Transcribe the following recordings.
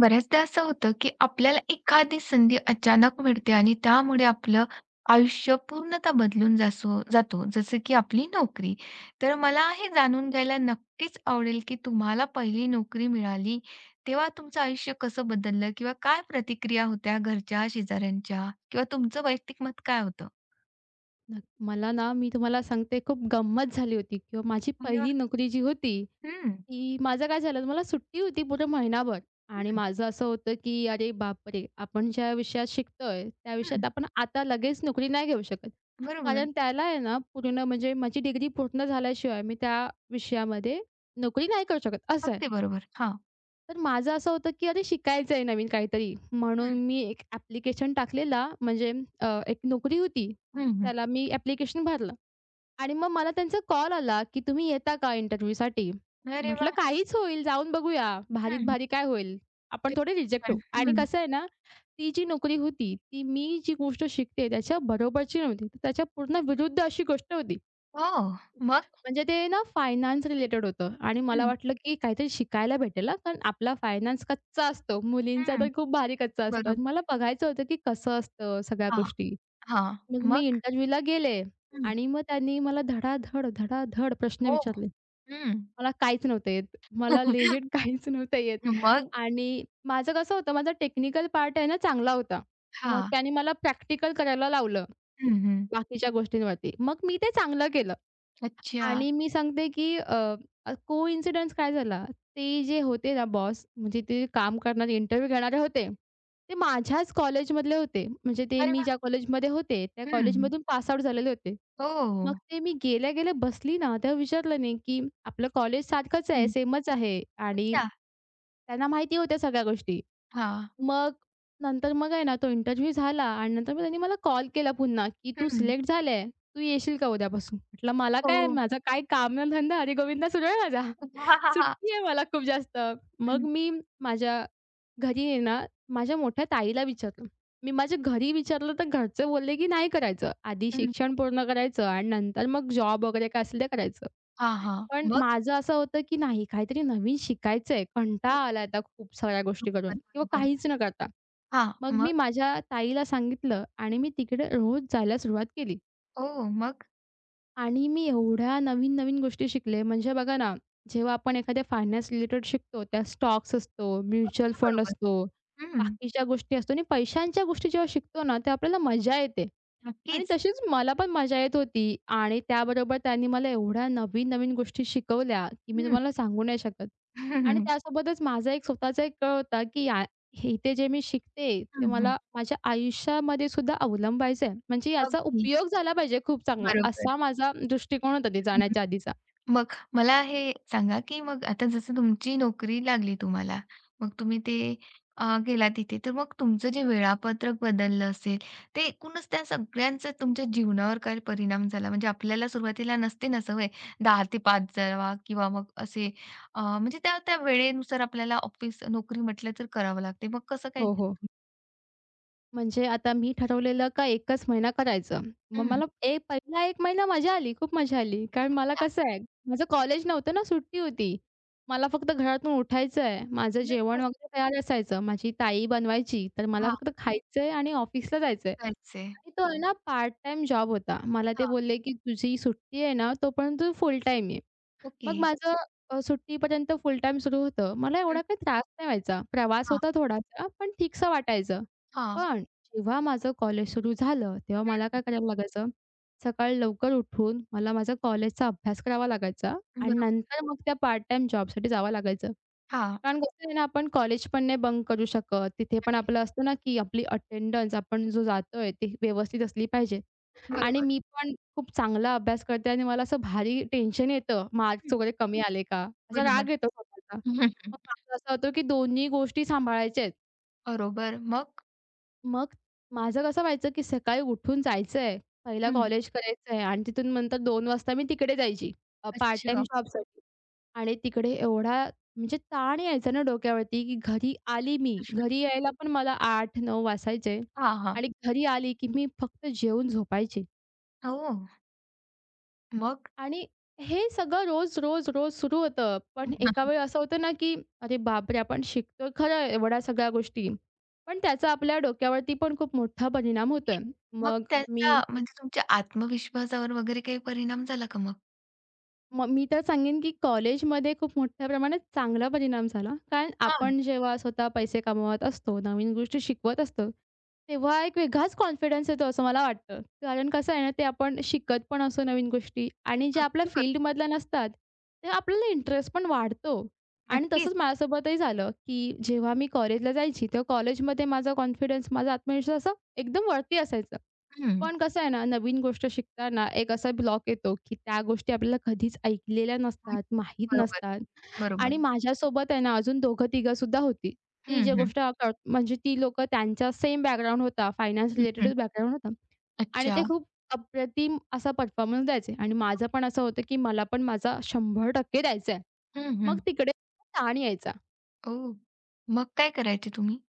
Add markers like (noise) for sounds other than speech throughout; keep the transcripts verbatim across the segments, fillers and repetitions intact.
बऱ्याचदा असं होतं, की आपल्याला एखादी संधी अचानक मिळते आणि त्यामुळे आपलं आयुष्य पूर्णतः बदलून जासो जातो, जसं की आपली नोकरी. तर मला हे जाणून घ्यायला नक्कीच आवडेल, की तुम्हाला पहिली नोकरी मिळाली, तेव्हा तुमचं आयुष्य कसं बदललं किंवा काय प्रतिक्रिया होत्या घरच्या, शेजाऱ्यांच्या किंवा तुमचं वैयक्तिक मत काय होतं? नक्क मला ना, मी तुम्हाला सांगते खूप गंमत झाली होती किंवा माझी अरे वाह! पहिली नोकरी जी होती, हं, ती माझं काय झालं मला सुट्टी होती पूर्ण महिनाभर आणि हं, माझं असं होतं, की अरे बापरे! आपण ज्या विषयात शिकतोय, त्या विषयात हं. आपण आता लगेच नोकरी नाही घेऊ शकत. बरोबर. कारण त्याला आहे ना, पूर्ण म्हणजे माझी डिग्री पूर्ण झाल्याशिवाय मी त्या विषयामध्ये नोकरी नाही करू शकत, असं आहे. अगदी बरोबर. हां. तर माझं असं होतं, की अरे शिकायचं आहे नवीन काहीतरी हं, म्हणून मी एक ॲप्लिकेशन टाकलेला म्हणजे अ, एक नोकरी होती. हं, हं. त्याला मी ॲप्लिकेशन भरलं. आणि मग मला त्यांचा कॉल आला, की "तुम्ही येता का इंटरव्ह्यूसाठी?" अरे म्हटलं, वाह! "काहीच होईल, जाऊन बघूया. भारीत हं. भारी काय होईल? आपण थोडे रिजेक्ट होऊ." आणि हं. कसं आहे ना, ती जी नोकरी होती, ती मी जी गोष्ट शिकते त्याच्या बरोबरची नव्हती. तर त्याच्या पूर्ण विरुद्ध अशी गोष्ट होती. हो. मग? म्हणजे ते ना फायनान्स रिलेटेड होतं आणि मला वाटलं, की काहीतरी शिकायला भेटेल हां, कारण आपला फायनान्स कच्चा असतो. मुलींचा हं, तर खूप भारी कच्चा असतो आणि मला बरोबर. बघायचं होतं, की कसं असतं सगळ्या हां, गोष्टी. हां. मग मी मग? इंटरव्ह्यूला गेले हं. आणि मग त्यांनी मला धडाधड, धडाधड प्रश्न हो. विचारले. हं. मला काहीच नव्हतं येत. मला लेजिट (laughs) (laughs) काहीच नव्हतं येत मग आणि माझं कसं होतं, माझा टेक्निकल पार्ट आहे ना चांगला होता. मग हां. त्याने मला प्रॅक्टिकल करायला लावलं हं, हं. बाकीच्या गोष्टींवरती. मग मी ते चांगलं केलं. अच्छा. आणि मी सांगते, की अ, अ, कोइन्सिडन्स काय झाला, ते जे होते ना बॉस, म्हणजे ते काम करणारे, इंटरव्ह्यू घेणारे होते. ते माझ्याच कॉलेजमधले होते. म्हणजे ते अरे मी ज्या वाह! कॉलेजमध्ये होते, त्या हं. कॉलेजमधून पास आउट झालेले होते. मग हो. ते मी गेल्या-गेल्या बसली ना, तेव्हा विचारलं नाही, की आपलं कॉलेज सारखंच आहे, हं. सेमच आहे आणि अच्छा. त्यांना माहिती होत्या सगळ्या गोष्टी. हां. मग नंतर मग आहे ना, तो इंटरव्ह्यू झाला आणि नंतर मग त्यांनी मला कॉल केला पुन्हा, की "तू हं. सिलेक्ट झाले." "तू येशील का उद्यापासून?" म्हटलं, "मला काय, हो. माझं काय कामधंदा हरिगोविंदा सुरू आहे माझा. (laughs) हां, (laughs) हां, हां. सुट्टी आहे मला खूप जास्त." मग हं, मी माझ्या घरी आहे ना, माझ्या मोठ्या ताईला विचारलं. मी माझ्या घरी विचारलं तर घरचे बोलले, की "नाही करायचं. आधी हं. शिक्षण पूर्ण करायचं आणि नंतर मग जॉब वगैरे काय असेल ते करायचं." हां, हां. पण मग? माझं असं होतं, की नाही काहीतरी नवीन शिकायचंय. कंटाळा हं. आला आता खूप साऱ्या गोष्टी बरोबर, करून किंवा बरोबर. काहीच न करता. हां, मग मग? मी माझ्या ताईला सांगितलं आणि मी तिकडे रोज जायला सुरुवात केली. हो, मग? आणि मी एवढ्या नवीन-नवीन गोष्टी शिकले. म्हणजे बघा ना, जेव्हा आपण एखाद्या फायनान्स रिलेटेड शिकतो, त्यात स्टॉक्स असतो, म्युच्युअल ते फंड बरोबर. असतो, हं. बाकीच्या गोष्टी असतो आणि पैशांच्या गोष्टी जेव्हा शिकतो ना, तेव्हा आपल्याला मजा येते. आणि नक्कीच. तशीच मला पण मजा येत होती आणि त्याबरोबर त्यांनी मला एवढ्या नवीन-नवीन गोष्टी शिकवल्या, की मी हं. तुम्हाला सांगू नाही शकत. (laughs) हं, आणि हं. त्यासोबतच माझा एक स्वतःचा एक कल होता, की या हे इथे जे मी शिकते, ते मला माझ्या आयुष्यामध्ये सुद्धा अवलंबायचं आहे. म्हणजे याचा अगदी उपयोग झाला पाहिजे खूप चांगला, बरोबर. असा माझा दृष्टिकोन होता ते जाण्याच्या आधीचा. मग मला हे सांगा, की मग आता जसं तुमची नोकरी लागली तुम्हाला, मग तुम्ही ते अ, गेला तिथे, तर मग तुमचं जे वेळापत्रक बदललं असेल, ते एकूणच त्या सगळ्यांचा तुमच्या जीवनावर काय परिणाम झाला? म्हणजे आपल्याला सुरुवातीला नसते ना सवय दहा ते पाच जावा किंवा मग असे अ, म्हणजे त्या त्या वेळेनुसार आपल्याला ऑफिस नोकरी म्हटलं तर करावं लागते. मग कसं काय? हो, हो. म्हणजे आता मी ठरवलेलं का 1च महिना करायचं. मग हं. मला ए पहिला एक महिना मजा आली, खूप मजा आली. कारण मला त्या कसं आहे, माझं कॉलेज नव्हतं ना, सुट्टी होती. मला फक्त घरातून उठायचं आहे, माझं जेवण नक्कीच. वगैरे तयार असायचं, माझी ताई बनवायची, तर मला हां, फक्त खायचं आणि ऑफिसला जायचं करायचंय. आणि तो आहे ना पार्ट टाईम जॉब होता. मला ते हां, बोलले, "की तुझी सुट्टी आहे ना, तोपर्यंत तू फुल टाईम ये." ओके. मग माझं अ, सुट्टीपर्यंत फुल टाईम सुरू होतं. मला हं, एवढा काही त्रास नाही व्हायचा. प्रवास हां, होता थोडासा, पण ठीकसं वाटायचं. हां. पण जेव्हा माझं कॉलेज सुरू झालं, तेव्हा मला काय करावं लागायचं, सकाळी लवकर उठून मला माझा कॉलेजचा अभ्यास करावा लागायचा हं, आणि बरोबर. नंतर मग त्या पार्ट टाईम जॉबसाठी जावं लागायचं. हां. कारण कसं आहे ना, आपण कॉलेज पण नाही बंक करू शकत. तिथे पण आपलं असतं ना, की आपली अटेंडन्स आपण जो जातोय ती व्यवस्थित असली पाहिजे आणि बरोबर. मी पण खूप चांगला अभ्यास करते आणि मला असं भारी टेन्शन येतं, मार्क्स वगैरे कमी आले का? असा बरोबर. राग येतो स्वतःचा. हं, हं, हं. मग माझं असं होतं, की दोन्ही गोष्टी सांभाळायच्या बरोबर. मग? मग माझं कसं व्हायचं, की सकाळी उठून जायचंय, पहिला हं. कॉलेज करायचंय आणि तिथून नंतर दोन वाजता मी तिकडे जायची अ, पार्ट टाईम अच्छा. जॉबसाठी आणि तिकडे एवढा म्हणजे ताण यायचा ना डोक्यावरती, की घरी आली मी. घरी यायला पण मला आठ नऊ वाजायचे हां, हां. आणि घरी आली, की मी फक्त जेवून झोपायची. हो. मग? आणि हे सगळं रोज, रोज, रोज सुरू होतं. पण एका नक्की. वेळी असं होतं ना, की अरे बापरे! आपण शिकतोय खरं एवढ्या सगळ्या गोष्टी, पण त्याचा आपल्या डोक्यावरती पण खूप मोठा परिणाम होतोय. मग मग मी त्यांचा म्हणजे तुमच्या आत्मविश्वासावर वगैरे काही परिणाम झाला का मग? मग मी तर सांगेन, की कॉलेजमध्ये खूप मोठ्या प्रमाणात चांगला परिणाम झाला. कारण हां. आपण जेव्हा स्वतः पैसे कमवत असतो, नवीन गोष्टी शिकवत असतो, तेव्हा एक वेगळाच कॉन्फिडन्स येतो असं मला वाटतं. कारण कसं आहे ना, ते आपण शिकत पण असतो नवीन गोष्टी आणि ज्या आपल्या अगदी बरोबर. फील्डमधल्या नसतात, ते आपल्याला इंटरेस्ट पण वाढतो. आणि नक्कीच. तसंच माझ्यासोबतही झालं, की जेव्हा मी कॉलेजला जायची, तेव्हा कॉलेजमध्ये माझा कॉन्फिडन्स, माझा आत्मविश्वास असा एकदम वरती असायचा. हं. पण कसं आहे ना, नवीन गोष्ट शिकताना एक असा ब्लॉक येतो, की त्या गोष्टी आपल्याला कधीच ऐकलेल्या आणि नसतात, माहीत बरोबर, नसतात आणि बरोबर. माझ्यासोबत आहे ना, अजून दोघं-तिघं सुद्धा होती. ती हं, जी हं. गोष्ट कळ म्हणजे ती लोकं त्यांचा सेम बॅकग्राऊंड होता, फायनान्स हं, हं. रिलेटेडच बॅकग्राऊंड होता आणि अच्छा. ते खूप अप्रतिम असा परफॉर्मन्स द्यायचे आणि माझं पण असं होतं, की मला पण माझा शंभर टक्के द्यायचा आहे. हं, मग हं. तिकडे ताण यायचा. ओह! मग काय करायचे तुम्ही?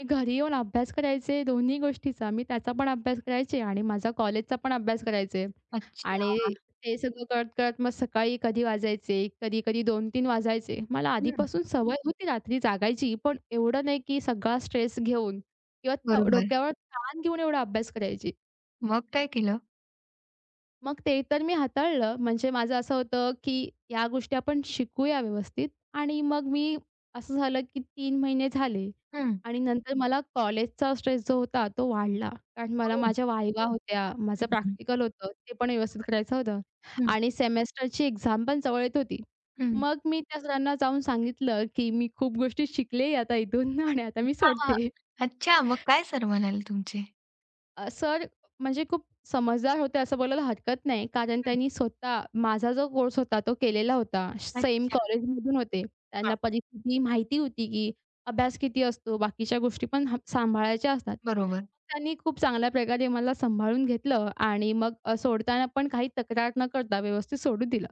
मी घरी येऊन अभ्यास करायचे दोन्ही गोष्टीचा. मी त्याचा पण अभ्यास करायचे आणि माझा कॉलेजचा पण अभ्यास करायचे. अच्छा. आणि ते सगळं कळत-कळत मग सकाळी कधी वाजायचे, कधी-कधी दोन तीन वाजायचे. मला हं. आधीपासून सवय होती रात्री जागायची, पण एवढं नाही की सगळा स्ट्रेस घेऊन किंवा त बरोबर. डोक्यावर ताण घेऊन एवढा अभ्यास करायची. मग काय केलं? मग ते तर मी हाताळलं. म्हणजे माझं असं होतं की या गोष्टी आपण शिकूया व्यवस्थित आणि मग मी असं झालं की तीन महिने झाले हं. आणि नंतर मला कॉलेजचा स्ट्रेस जो होता तो वाढला. कारण मला ओह! माझ्या वाहिवा होत्या, हं, माझं हं. प्रॅक्टिकल होतं, ते पण व्यवस्थित बरोबर. करायचं होतं हं, आणि सेमेस्टरची एक्झाम पण जवळ येत होती. हं. मग मी त्या सरांना जाऊन सांगितलं, की "मी खूप गोष्टी शिकले आता इथून (laughs) आणि आता मी हां, हां. सोडते." अच्छा. मग काय सर म्हणाले तुमचे? अ, सर म्हणजे खूप समजदार होते असं बोलायला हरकत नाही. कारण त्यांनी स्वतः माझा जो कोर्स होता तो केलेला होता. सेम अच्छा. कॉलेजमधून होते. हां, त्यांना परिस्थिती माहिती होती, की अभ्यास किती असतो, बाकीच्या गोष्टी पण ह सांभाळायच्या असतात. बरोबर. त्यांनी खूप चांगल्या प्रकारे मला सांभाळून घेतलं आणि मग अ, सोडताना पण काही तक्रार न करता व्यवस्थित सोडू दिलं.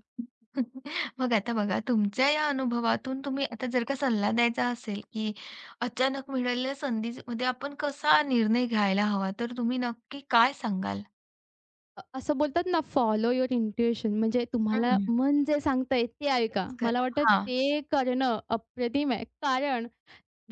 (laughs) मग आता बघा तुमच्या या अनुभवातून तुम्ही आता जर का सल्ला द्यायचा असेल, की अचानक मिळालेल्या संधीमध्ये आपण कसा निर्णय घ्यायला हवा, तर तुम्ही नक्की काय सांगाल? अ, असं बोलतात ना फॉलो युअर इंट्युशन म्हणजे तुम्हाला हं. मन जे सांगतंय ते ऐका. तेच मला करा. वाटतं हां, ते करणं अप्रतिम आहे. कारण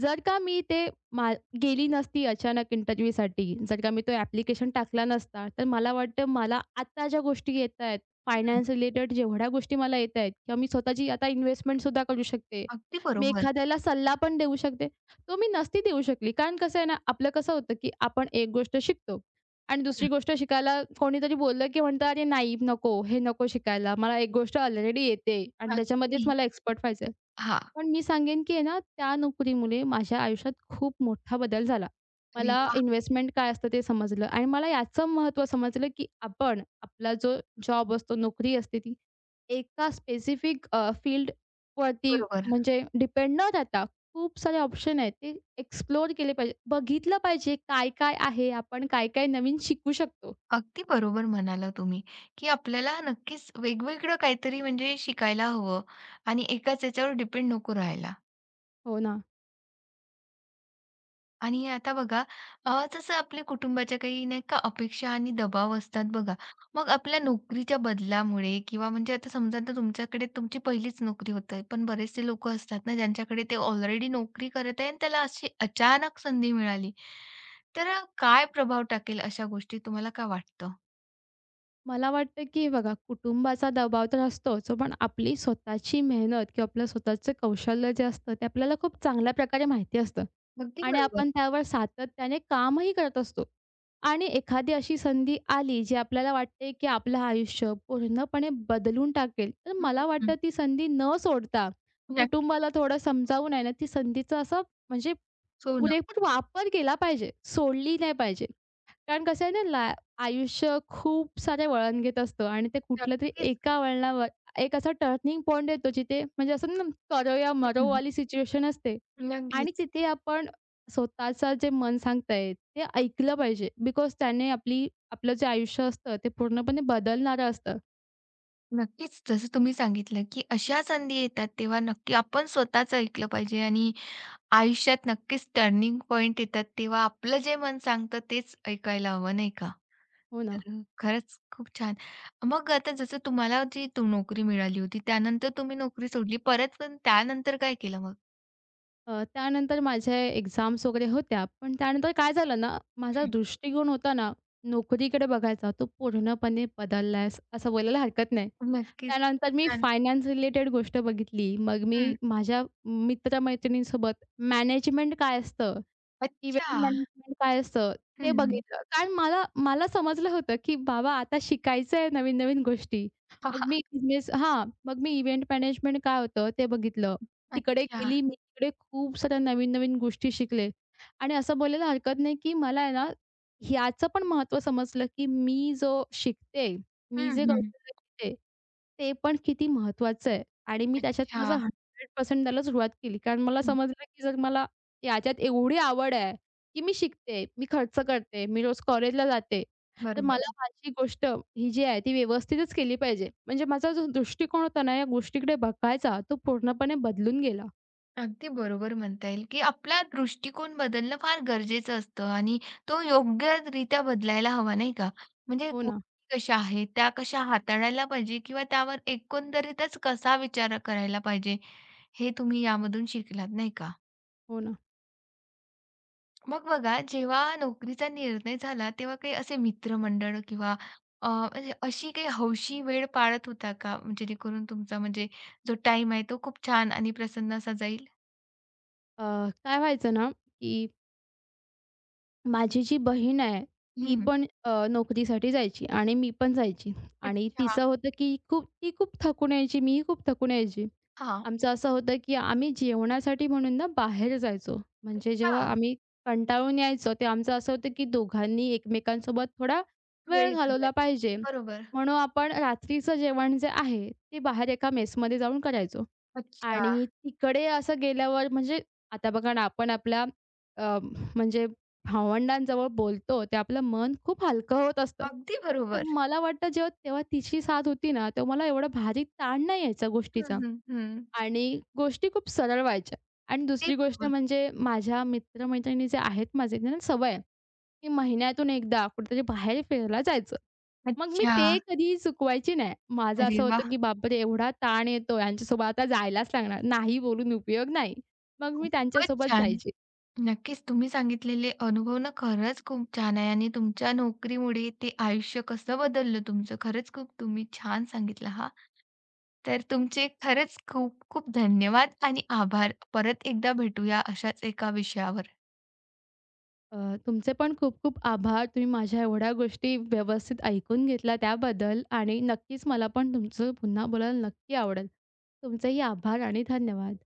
जर का मी ते मा गेली नसती अचानक इंटरव्ह्यूसाठी, जर का मी तो ॲप्लिकेशन टाकला नसता, तर मला वाटतं मला आता ज्या गोष्टी येत आहेत, हं. फायनान्स रिलेटेड जेवढ्या गोष्टी मला येत आहेत किंवा मी स्वतःची आता इन्व्हेस्टमेंटसुद्धा करू शकते. अगदी मी बरोबर. एखाद्याला सल्ला पण देऊ शकते. तो मी नसती देऊ शकली. कारण कसं आहे ना, आपलं कसं होतं, की आपण एक गोष्ट शिकतो आणि हं. दुसरी गोष्ट शिकायला कोणीतरी बोललं, की म्हणतं, "अरे नाही, नको, हे नको शिकायला. मला एक गोष्ट ऑलरेडी येते आणि त्याच्यामध्येच अगदी मला एक्सपर्ट व्हायचं हां. पण मी सांगेन, की आहे ना, त्या नोकरीमुळे माझ्या आयुष्यात खूप मोठा बदल झाला. अरे मला वाह! इन्व्हेस्टमेंट काय असतं ते समजलं आणि मला याचं महत्त्व समजलं, की आपण आपला जो जॉब असतो, नोकरी असते ती एका स्पेसिफिक अ, फील्डवरती बरोबर. म्हणजे डिपेंड न राहता खूप सारे ऑप्शन आहेत. ते एक्सप्लोर केले पाहिजे. बघितलं पाहिजे काय-काय आहे, आपण काय-काय नवीन शिकू शकतो. अगदी बरोबर म्हणाला तुम्ही, की आपल्याला नक्कीच वेगवेगळं काहीतरी म्हणजे शिकायला हवं आणि एकाच याच्यावर डिपेंड नको राहायला. हो ना. आणि आता बघा अ, जसं आपल्या कुटुंबाच्या काही नाही का अपेक्षा आणि दबाव असतात बघा. मग आपल्या नोकरीच्या बदलामुळे किंवा म्हणजे आता समजा आता तुमच्याकडे तुमची पहिलीच नोकरी होते, पण बरेचसे लोकं असतात ना ज्यांच्याकडे ते ऑलरेडी नोकरी करत आहे आणि त्याला अशी अचानक संधी मिळाली. तर काय प्रभाव टाकेल अशा गोष्टी तुम्हाला काय वाटतं? मला वाटतं, की बघा कुटुंबाचा दबाव तर असतोच, पण आपली स्वतःची मेहनत किंवा आपलं स्वतःचं कौशल्य जे असतं, ते आपल्याला खूप चांगल्या प्रकारे माहिती असतं अगदी आणि बरोबर. आपण त्यावर सातत्याने कामही करत असतो. आणि एखादी अशी संधी आली, जी आपल्याला वाटते, की आपलं आयुष्य पूर्णपणे बदलून टाकेल, तर हं, मला हं. वाटतं ती संधी न सोडता नक्कीच. कुटुंबाला थोडं समजावून आहे ना, ती संधीचा असा म्हणजे हो ना. पुरेपूर वापर केला पाहिजे, सोडली नाही पाहिजे. कारण कसं आहे ना, ला आयुष्य खूप सारे वळण घेत असतं आणि ते कुठलं तरी नक्कीच. एका वळणावर एक असा टर्निंग पॉइंट येतो, जिथे म्हणजे असं ना, करो या हं, हं. मरोवाली सिच्युएशन असते आणि नक्कीच. तिथे आपण स्वतःचं जे मन सांगतंय ते ऐकलं पाहिजे बिकॉज त्याने आपली आपलं जे आयुष्य असतं ते पूर्णपणे बदलणारं असतं. नक्कीच. जसं तुम्ही सांगितलं, की अशा संधी येतात तेव्हा नक्की आपण स्वतःचं ऐकलं पाहिजे आणि आयुष्यात नक्कीच टर्निंग पॉइंट येतात तेव्हा आपलं जे मन सांगतं तेच ऐकायला हवं, नाही का? हो ना? तर अ, खरंच खूप छान. मग आता जसं तुम्हाला जी तू नोकरी मिळाली होती, त्यानंतर तुम्ही नोकरी सोडली परत, पण त्यानंतर काय केलं मग? अ, त्यानंतर माझ्या एक्झाम्स वगैरे होत्या. पण त्यानंतर काय झालं ना, माझा हं. दृष्टिकोन होता ना, नोकरीकडे बघायचा तो पूर्णपणे बदलला आहे, असं बोलायला हरकत नाही. नक्कीच. खूप त्यानंतर मी छान. फायनान्स रिलेटेड गोष्ट बघितली. मग मी हं. माझ्या मित्र-मैत्रिणींसोबत मॅनेजमेंट काय असतं इव्हेंट अच्छा. मॅनेजमेंट काय असतं ते हं. बघितलं. कारण मला मला समजलं होतं, की बाबा आता शिकायचं आहे नवीन-नवीन गोष्टी. हां, मग हां. मी बिझनेस हां, मग मी इव्हेंट मॅनेजमेंट काय होतं ते बघितलं. (laughs) तिकडे अच्छा. गेली मी तिकडे खूप साऱ्या नवीन-नवीन गोष्टी शिकले आणि असं बोलायला हरकत नाही, की मला आहे ना ह्याचं पण महत्त्व समजलं, की मी जो शिकते, मी हं, जे हं. कौशल्य शिकते, ते पण किती महत्त्वाचं आहे आणि मी त्याच्यात माझं अच्छा. शंभर टक्के द्यायला सुरुवात केली. कारण मला हं. समजलं, की जर मला याच्यात एवढी आवड आहे की मी शिकते, मी खर्च करते, मी रोज कॉलेजला जाते. तर बरोबर. मला माझी गोष्ट ही जी आहे ती व्यवस्थितच केली पाहिजे. म्हणजे माझा जो दृष्टिकोन होता ना या गोष्टीकडे बघायचा तो पूर्णपणे बदलून गेला. अगदी बरोबर म्हणता येईल, की आपला दृष्टिकोन बदलणं फार गरजेचं असतं आणि तो योग्यरित्या बदलायला हवा, नाही का? म्हणजे हो ना, गोष्टी कशा आहेत, त्या कशा हाताळायला पाहिजे किंवा त्यावर एकंदरीतच कसा विचार करायला पाहिजे, हे तुम्ही यामधून शिकलात, नाही का? हो ना. मग बघा, जेव्हा नोकरीचा निर्णय झाला, तेव्हा काही असे मित्रमंडळ किंवा अ, म्हणजे अशी काही हौशी वेळ पाळत होता का? म्हणजे जेणेकरून तुमचा म्हणजे जो टाईम आहे, तो खूप छान आणि प्रसन्न असा जाईल? अ, काय व्हायचं ना, की माझी जी बहीण आहे ती हं. पण अ, नोकरीसाठी जायची आणि मी पण जायची आणि अच्छा. तिचं होतं की खूप ती खूप थकून यायची, मीही खूप थकून यायची. हां. आमचं असं होतं, की आम्ही जेवणासाठी म्हणून ना बाहेर जायचो. म्हणजे जेव्हा अच्छा, आम्ही कंटाळून यायचो, ते आमचं असं होतं, की दोघांनी एकमेकांसोबत थोडा वेळ वेळ घालवला घालवायचा. पाहिजे. बरोबर. म्हणून आपण रात्रीचं जेवण जे आहे, ते बाहेर एका मेसमध्ये जाऊन करायचो. अच्छा. आणि तिकडे असं गेल्यावर म्हणजे आता बघा ना, आपण आपल्या अ, म्हणजे भावंडांजवळ बोलतो, ते आपलं मन खूप हलकं होत असतं. अगदी तर बरोबर. मला वाटतं जेव्हा तेव्हा तिची साथ होती ना, तेव्हा मला एवढा भारी ताण नाही यायचा हं, गोष्टीचा. हं, हं. आणि गोष्टी खूप सरळ व्हायच्या. आणि अगदी दुसरी गोष्ट बरोबर. म्हणजे माझ्या मित्र जे आहेत माझे, त्यांना सवय आहे, की महिन्यातून एकदा कुठेतरी बाहेर फिरायला जायचं. मग मी अच्छा. ते कधीही चुकवायची नाही. माझं अरे असं वाह! होतं, की "बापरे! एवढा ताण येतो यांच्यासोबत आता जायलाच लागणार. नाही बोलून उपयोग नाही." मग मी खूपच त्यांच्यासोबत छान. जायची. नक्कीच तुम्ही सांगितलेले अनुभव ना खरंच खूप छान आहे आणि तुमच्या नोकरीमुळे ते आयुष्य कसं बदललं तुमचं खरंच खूप तुम्ही छान सांगितलं हां. तर तुमचे खरंच खूप खूप धन्यवाद आणि आभार. परत एकदा भेटूया अशाच एका विषयावर. अ, तुमचे पण खूप खूप आभार. तुम्ही माझ्या एवढ्या गोष्टी व्यवस्थित ऐकून घेतल्या त्याबद्दल आणि नक्कीच मला पण तुमचं पुन्हा बोलायला नक्की आवडेल. तुमचेही आभार आणि धन्यवाद.